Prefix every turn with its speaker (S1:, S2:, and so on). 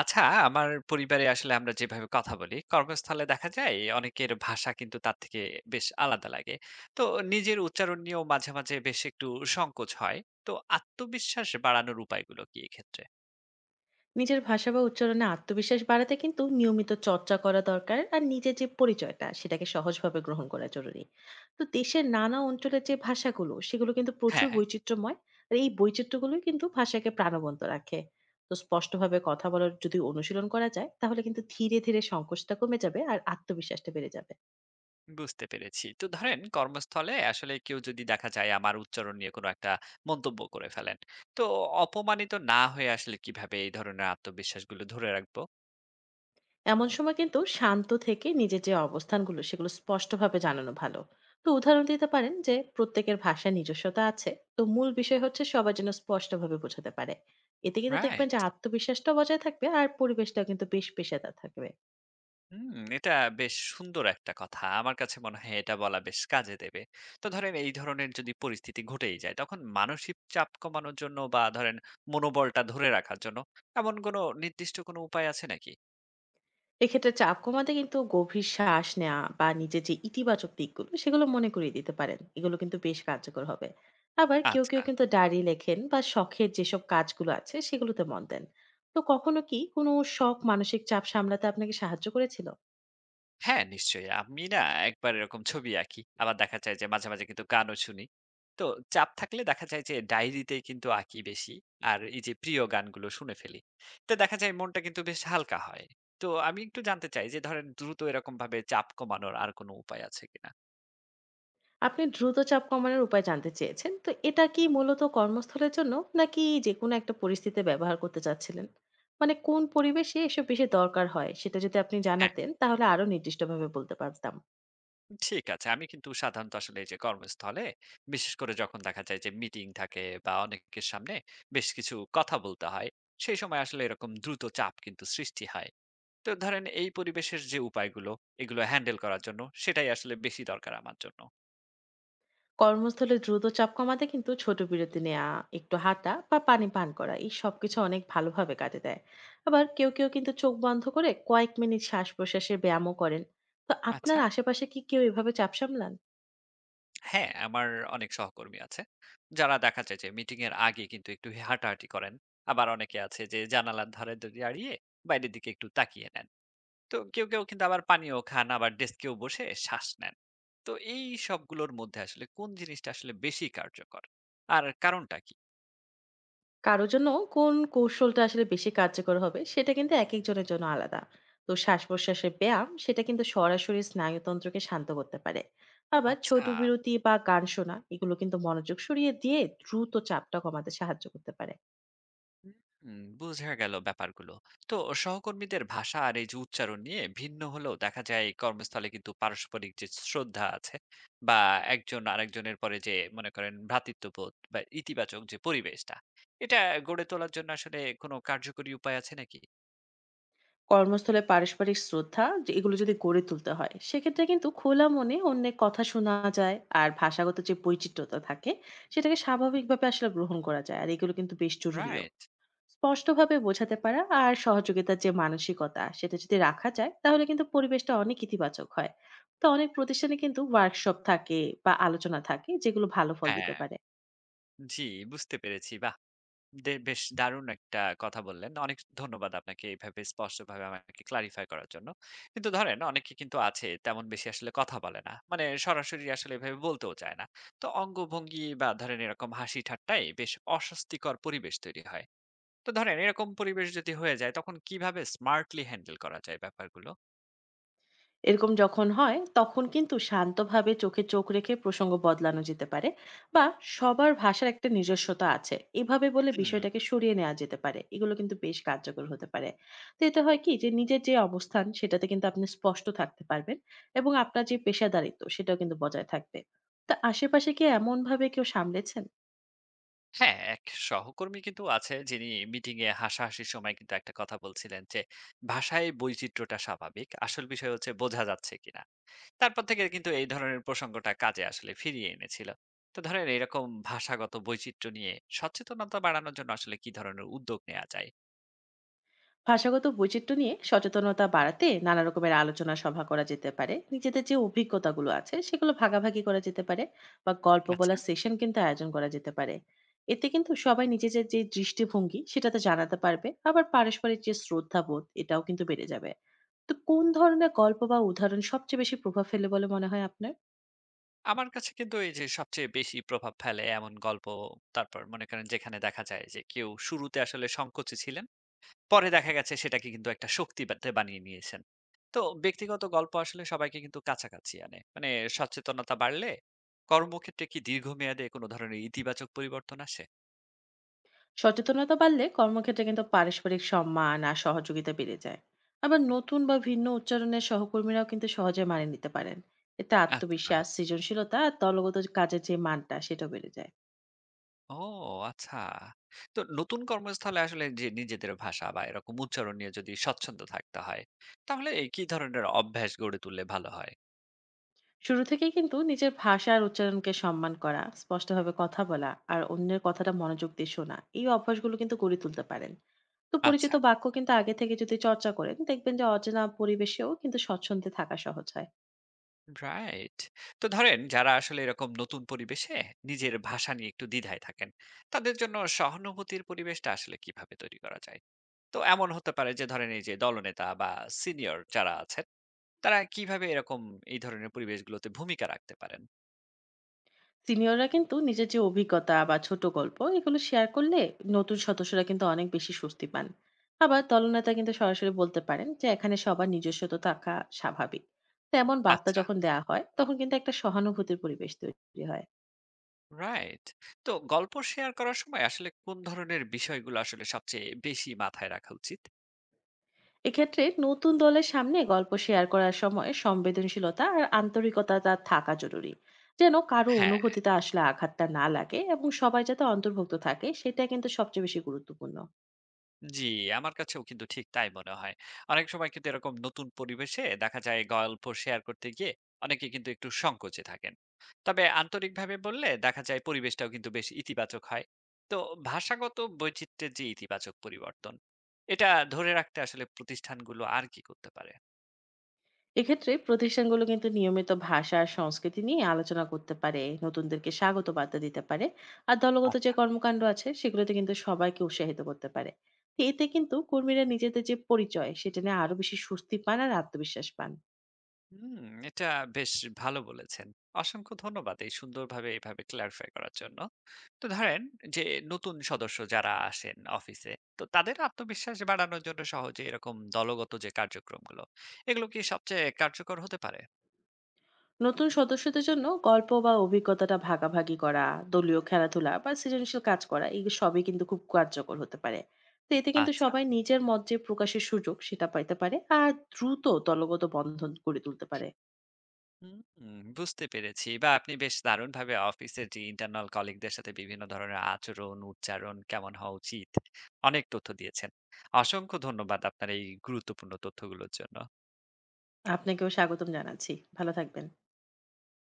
S1: আচ্ছা, আমার পরিবারে আসলে আমরা যেভাবে কথা বলি, কর্মস্থলে দেখা যায় অনেকের ভাষা কিন্তু তার থেকে বেশ আলাদা লাগে। তো নিজের উচ্চারণ নিয়েও মাঝে মাঝে বেশ একটু সংকোচ হয়। তো আত্মবিশ্বাস বাড়ানোর উপায়গুলো কি এক্ষেত্রে?
S2: নিজের ভাষা বা উচ্চারণে আত্মবিশ্বাস বাড়াতে কিন্তু নিয়মিত চর্চা করা দরকার আর নিজের যে পরিচয়টা সেটাকে সহজভাবে গ্রহণ করা জরুরি। তো দেশের নানা অঞ্চলের যে ভাষাগুলো সেগুলো কিন্তু প্রচুর
S1: হ্যাঁ,
S2: বৈচিত্র্যময়। আর এই বৈচিত্র্যগুলোই কিন্তু ভাষাকে প্রাণবন্ত রাখে। তো স্পষ্টভাবে কথা বলার যদি অনুশীলন করা যায় তাহলে কিন্তু ধীরে ধীরে সংকোচটা কমে যাবে আর আত্মবিশ্বাসটা বেড়ে যাবে।
S1: বুঝতে পেরেছি। তো ধরেন কর্মস্থলে আসলে কেউ যদি দেখা যায় আমার উচ্চারণ নিয়ে কোনো একটা মন্তব্য করে ফেলেন। তো অপমানিত না হয়ে আসলে কিভাবে এই ধরনের আত্মবিশ্বাসগুলো ধরে রাখবো?
S2: এমন সময় কিন্তু শান্ত থেকে নিজের যে অবস্থানগুলো সেগুলো স্পষ্টভাবে জানানো ভালো। তো উদাহরণ দিতে পারেন যে প্রত্যেকের ভাষায় নিজস্বতা আছে। তো মূল বিষয় হচ্ছে সবার যেন স্পষ্টভাবে বোঝাতে পারে। এতে কিন্তু দেখবেন যে
S1: রাইট।
S2: আত্মবিশ্বাসটা বজায় থাকবে আর পরিবেশটাও কিন্তু বেশ পেশাদার থাকবে।
S1: হুম, এটা বেশ সুন্দর একটা কথা। আমার কাছে মনে হয় এটা বলা বেশ কাজে দেবে। তো ধরেন এই ধরনের যদি পরিস্থিতি ঘটেই যায়, তখন মানসিক চাপ কমানোর জন্য বা ধরেন মনোবলটা ধরে রাখার জন্য এমন কোনো নির্দিষ্ট উপায় আছে নাকি?
S2: এক্ষেত্রে চাপ কমাতে কিন্তু গভীর শ্বাস নেওয়া বা নিজের যে ইতিবাচক দিকগুলো সেগুলো মনে করিয়ে দিতে পারেন, এগুলো কিন্তু বেশ কার্যকর হবে। আবার কেউ কেউ
S1: আচ্ছা।
S2: কিন্তু ডায়েরি লেখেন বা শখের যেসব কাজগুলো আছে সেগুলোতে মন দেন। তো কখনো কি কোনো শখ মানসিক চাপ সামলাতে আপনাকে সাহায্য করেছিল?
S1: হ্যাঁ, নিশ্চয়ই। আমি না একবার এরকম ছবি আঁকি। আবার দেখা যায় যে মাঝে মাঝে কিন্তু গানও শুনি। তো চাপ থাকলে দেখা যায় যে ডায়েরিতেই কিন্তু আঁকি বেশি। আর এই যে প্রিয় গানগুলো শুনে ফেলি। তো দেখা যায় মনটা কিন্তু বেশ হালকা হয়। তো আমি একটু জানতে চাই যে ধরেন দ্রুত এরকমভাবে চাপ কমানোর আর কোনো উপায় আছে কিনা?
S2: আপনি দ্রুত চাপ কমানোর উপায় জানতে চেয়েছেন, তো এটা কি মূলত কর্মস্থলের জন্য নাকি যে কোনো একটা পরিস্থিতিতে ব্যবহার করতে চাচ্ছিলেন? মানে কোন পরিবেশে এসব বেশি দরকার হয় সেটা যদি আপনি
S1: হ্যাঁ,
S2: জানাতেন তাহলে আরো নির্দিষ্টভাবে বলতে পারতাম।
S1: ঠিক আছে। আমি কিন্তু সাধারণত আসলে এই যে কর্মস্থলে বিশেষ করে যখন দেখা যায় যে মিটিং থাকে বা অনেকের সামনে বেশ কিছু কথা বলতে হয়, সেই সময় আসলে এরকম দ্রুত চাপ কিন্তু সৃষ্টি হয়। তো ধরেন এই পরিবেশের যে উপায়গুলো এগুলো হ্যান্ডেল করার জন্য সেটাই আসলে বেশি দরকার আমার জন্য।
S2: কর্মস্থলে দ্রুত চাপ কমাতে কিন্তু ছোট বিরতি নেওয়া, একটু হাঁটা বা পানি পান করা, এই সবকিছু অনেক ভালোভাবে কাজে দেয়। আবার কেউ কেউ কিন্তু চোখ বন্ধ করে কয়েক মিনিট শ্বাস প্রশ্বাসের ব্যায়ামও করেন। তো আপনার
S1: আচ্ছা,
S2: আশেপাশে কি কেউ এভাবে চাপ সামলান?
S1: হ্যাঁ আমার অনেক সহকর্মী আছে যারা দেখা যায় যে মিটিং এর আগে কিন্তু একটু হাঁটাহাঁটি করেন। আবার অনেকে আছে যে জানালার ধারে দাঁড়িয়ে বাইরের দিকে একটু তাকিয়ে নেন। তো কেউ কেউ কিন্তু আবার পানীয় খান আবার ডেস্কেও বসে শ্বাস নেন। তো এই সবগুলোর মধ্যে আসলে কোন জিনিসটা আসলে বেশি কার্যকর আর কারণটা কি?
S2: কারোর জন্য কোন কৌশলটা আসলে বেশি কার্যকর হবে সেটা কিন্তু এক একজনের জন্য আলাদা। তো শ্বাস প্রশ্বাসের ব্যায়াম সেটা কিন্তু সরাসরি স্নায়ুতন্ত্রকে শান্ত করতে পারে। আবার
S1: আচ্ছা,
S2: ছোট বিরতি বা গান শোনা এগুলো কিন্তু মনোযোগ সরিয়ে দিয়ে দ্রুত চাপটা কমাতে সাহায্য করতে পারে।
S1: হুম, বোঝা গেল ব্যাপারগুলো। তো সহকর্মীদের ভাষা আর এই যে উচ্চারণ নিয়ে ভিন্ন হলেও দেখা যায় এই কর্মস্থলে কিন্তু পারস্পরিক যে শ্রদ্ধা আছে বা একজন আরেকজনের পরে যে মনে করেন ভ্রাতৃত্ববোধ বা ইতিবাচক যে পরিবেশটা, এটা গড়ে তোলার জন্য আসলে কোনো কার্যকরী উপায় আছে নাকি?
S2: কর্মস্থলে পারস্পরিক শ্রদ্ধা যে এগুলো যদি গড়ে তুলতে হয় সেক্ষেত্রে কিন্তু খোলা মনে অন্যের কথা শোনা যায় আর ভাষাগত যে বৈচিত্র্যতা থাকে সেটাকে স্বাভাবিকভাবে আসলে গ্রহণ করা যায়, আর এগুলো কিন্তু বেশ জরুরিও।
S1: রাইট।
S2: স্পষ্টভাবে বোঝাতে পারা আর সহযোগিতার যে মানসিকতা সেটা যদি রাখা যায় তাহলে কিন্তু পরিবেশটা অনেক ইতিবাচক হয়। তো অনেক প্রতিষ্ঠানে কিন্তু ওয়ার্কশপ থাকে বা আলোচনা থাকে যেগুলো ভালো ফল দিতে
S1: হ্যাঁ,
S2: পারে।
S1: জি, বুঝতে পেরেছি বা দে বেশ দারুণ একটা কথা বললেন। অনেক ধন্যবাদ আপনাকে এভাবে স্পষ্টভাবে আমাকে ক্লারিফাই করার জন্য। কিন্তু ধরেন অনেকে কিন্তু আছে তেমন বেশি আসলে কথা বলে না। মানে সরাসরি আসলে এভাবে বলতেও চায় না। তো অঙ্গভঙ্গি বা ধরেন এরকম হাসি ঠাট্টায় বেশ অস্বস্তিকর পরিবেশ তৈরি হয়। তো ধরেন এরকম পরিবেশ যদি হয়ে যায় তখন কিভাবে স্মার্টলি হ্যান্ডেল করা যায় ব্যাপারগুলো?
S2: এরকম যখন হয় তখন কিন্তু শান্তভাবে চোখে চোখ রেখে প্রসঙ্গ বদলানো যেতে পারে, বা সবার ভাষার একটা নিজস্বতা আছে এভাবে বলে বিষয়টাকে
S1: হুম।
S2: সরিয়ে নেওয়া যেতে পারে, এগুলো কিন্তু বেশ কার্যকর হতে পারে। তো এতে হয় কি যে নিজের যে অবস্থান সেটাতে কিন্তু আপনি স্পষ্ট থাকতে পারবেন এবং আপনার যে পেশাদারিত্ব সেটাও কিন্তু বজায় থাকবে। তা আশেপাশে কি এমন ভাবে কেউ সামলেছেন?
S1: হ্যাঁ, এক সহকর্মী কিন্তু আছে যিনি মিটিং এ হাসাহাসির সময় কিন্তু একটা কথা বলছিলেন যে, "ভাষায় বৈচিত্র্যটা স্বাভাবিক। আসল বিষয় হচ্ছে বোঝা যাচ্ছে কিনা।" তারপর থেকে কিন্তু এই ধরনের প্রসঙ্গটা কাজে আসলে ফিরিয়ে এনেছিল। তো ধরেন এরকম ভাষাগত বৈচিত্র্য নিয়ে সচেতনতা বাড়ানোর জন্য আসলে কি ধরনের উদ্যোগ নেওয়া যায়?
S2: ভাষাগত বৈচিত্র্য নিয়ে সচেতনতা বাড়াতে নানা রকমের আলোচনা সভা করা যেতে পারে, নিজেদের যে অভিজ্ঞতাগুলো আছে সেগুলো ভাগাভাগি করা যেতে পারে, বা গল্প
S1: আচ্ছা,
S2: বলার সেশন কিন্তু আয়োজন করা যেতে পারে। এতে কিন্তু সবাই নিজেদের যে দৃষ্টিভঙ্গি সেটাতে জানাতে পারবে আবার পারস্পরিক যে শ্রদ্ধাবোধ এটাও কিন্তু বেড়ে যাবে। তো কোন ধরনের গল্প বা উদাহরণ সবচেয়ে বেশি প্রভাব ফেলে বলে মনে হয় আপনার?
S1: আমার কাছে কিন্তু এই যে সবচেয়ে বেশি প্রভাব ফেলে এমন গল্প, তারপর মনে করেন যেখানে দেখা যায় যে কেউ শুরুতে আসলে সংকোচে ছিলেন, পরে দেখা গেছে সেটাকে কিন্তু একটা শক্তিতে বানিয়ে নিয়েছেন। তো ব্যক্তিগত গল্প আসলে সবাইকে কিন্তু কাছাকাছি আনে। মানে সচেতনতা বাড়লে কর্মক্ষেত্রে কি দীর্ঘমেয়াদে কোনো ধরনের ইতিবাচক পরিবর্তন আসে?
S2: সচেতনতা বাড়লে কর্মক্ষেত্রে কিন্তু পারস্পরিক সম্মান আর সহযোগিতা বেড়ে যায়। আবার নতুন বা ভিন্ন উচ্চারণের সহকর্মীরাও কিন্তু সহজে মানিয়ে নিতে পারেন। এতে
S1: আচ্ছা।
S2: আত্মবিশ্বাস, সৃজনশীলতা আর দলগত কাজের যে মানটা সেটা বেড়ে যায়।
S1: ও আচ্ছা। তো নতুন কর্মস্থলে আসলে যে নিজেদের ভাষা বা এরকম উচ্চারণ নিয়ে যদি স্বচ্ছন্দ থাকতে হয়, তাহলে এই কি ধরনের অভ্যাস গড়ে তুললে ভালো হয়?
S2: শুরু থেকেই কিন্তু নিজের ভাষা আর উচ্চারণকে সম্মান করা, স্পষ্টভাবে কথা বলা আর অন্যের কথাটা মনোযোগ দিয়ে শোনা, এই অভ্যাসগুলো কিন্তু গড়ে তুলতে পারেন। তো
S1: আচ্ছা,
S2: পরিচিত বাক্য কিন্তু আগে থেকে যদি চর্চা করেন দেখবেন যে অচেনা পরিবেশেও কিন্তু স্বচ্ছন্দে থাকা সহজ হয়।
S1: রাইট। তো ধরেন যারা আসলে এরকম নতুন পরিবেশে নিজের ভাষা নিয়ে একটু দ্বিধায় থাকেন, তাদের জন্য সহানুভূতির পরিবেশটা আসলে কিভাবে তৈরি করা যায়? তো এমন হতে পারে যে ধরেন এই যে দলনেতা বা সিনিয়র যারা আছেন, তারা কিভাবে এরকম এই ধরনের পরিবেশগুলোতে ভূমিকা রাখতে পারেন?
S2: সিনিয়ররা কিন্তু নিজের যে অভিজ্ঞতা বা ছোট গল্প এগুলো শেয়ার করলে নতুন সদস্যরা কিন্তু অনেক বেশি স্বস্তি পান। আবার দলনেতা কিন্তু সরাসরি বলতে পারেন যে এখানে সবার নিজস্বতা থাকা স্বাভাবিক। তেমন বার্তা
S1: আচ্ছা।
S2: যখন দেওয়া হয় তখন কিন্তু একটা সহানুভূতির পরিবেশ তৈরি হয়।
S1: রাইট। তো গল্প শেয়ার করার সময় আসলে কোন ধরনের বিষয়গুলো আসলে সবচেয়ে বেশি মাথায় রাখা উচিত?
S2: এক্ষেত্রে নতুন দলের সামনে গল্প শেয়ার করার সময় সংবেদনশীলতা আর আন্তরিকতাটা থাকা জরুরি। যেন কারো
S1: হ্যাঁ।
S2: অনুভূতিতে আসলে আঘাতটা না লাগে এবং সবাই যাতে অন্তর্ভুক্ত থাকে সেটা কিন্তু সবচেয়ে বেশি গুরুত্বপূর্ণ।
S1: জি, আমার কাছেও কিন্তু ঠিক তাই মনে হয়। অনেক সময় কিন্তু এরকম নতুন পরিবেশে দেখা যায় গল্প শেয়ার করতে গিয়ে অনেকে কিন্তু একটু সংকোচে থাকেন। তবে আন্তরিকভাবে বললে দেখা যায় পরিবেশটাও কিন্তু বেশ ইতিবাচক হয়। তো ভাষাগত বৈচিত্র্যের যে ইতিবাচক পরিবর্তন, এটা ধরে রাখতে আসলে প্রতিষ্ঠানগুলো আর কি করতে পারে?
S2: এক্ষেত্রে প্রতিষ্ঠানগুলো কিন্তু নিয়মিত ভাষা আর সংস্কৃতি নিয়ে আলোচনা করতে পারে, নতুনদেরকে স্বাগত বার্তা দিতে পারে, আর দলগত যে
S1: আচ্ছা।
S2: কর্মকাণ্ড আছে সেগুলোতে কিন্তু সবাইকে উৎসাহিত করতে পারে। তো এতে কিন্তু কর্মীরা নিজেদের যে পরিচয় সেটা নিয়ে আরো বেশি স্বস্তি পান আর আত্মবিশ্বাস পান।
S1: হুম, এটা বেশ ভালো বলেছেন। অসংখ্য ধন্যবাদ এই সুন্দরভাবে এভাবে ক্লারিফাই করার জন্য। তো ধরেন যে নতুন সদস্য যারা আসেন অফিসে, তো তাদের আত্মবিশ্বাস বাড়ানোর জন্য সহজে এরকম দলগত যে কার্যক্রমগুলো, এগুলো কি সবচেয়ে কার্যকর হতে পারে?
S2: নতুন সদস্যদের জন্য গল্প বা অভিজ্ঞতাটা ভাগাভাগি করা, দলীয় খেলাধুলা বা সৃজনশীল কাজ করা, এই সবই কিন্তু খুব কার্যকর হতে পারে। তো এতে কিন্তু
S1: আচ্ছা।
S2: সবাই নিজের মত যে প্রকাশের সুযোগ সেটা পাইতে পারে আর দ্রুত দলগত বন্ধন গড়ে তুলতে পারে।
S1: হুম, বুঝতে পেরেছি বা আপনি বেশ দারুণভাবে অফিসের যে ইন্টারনাল কলিগদের সাথে বিভিন্ন ধরনের আচরণ, উচ্চারণ কেমন হওয়া উচিত, অনেক তথ্য দিয়েছেন। অসংখ্য ধন্যবাদ আপনার এই গুরুত্বপূর্ণ তথ্যগুলোর জন্য।
S2: আপনাকেও স্বাগতম জানাচ্ছি। ভালো থাকবেন।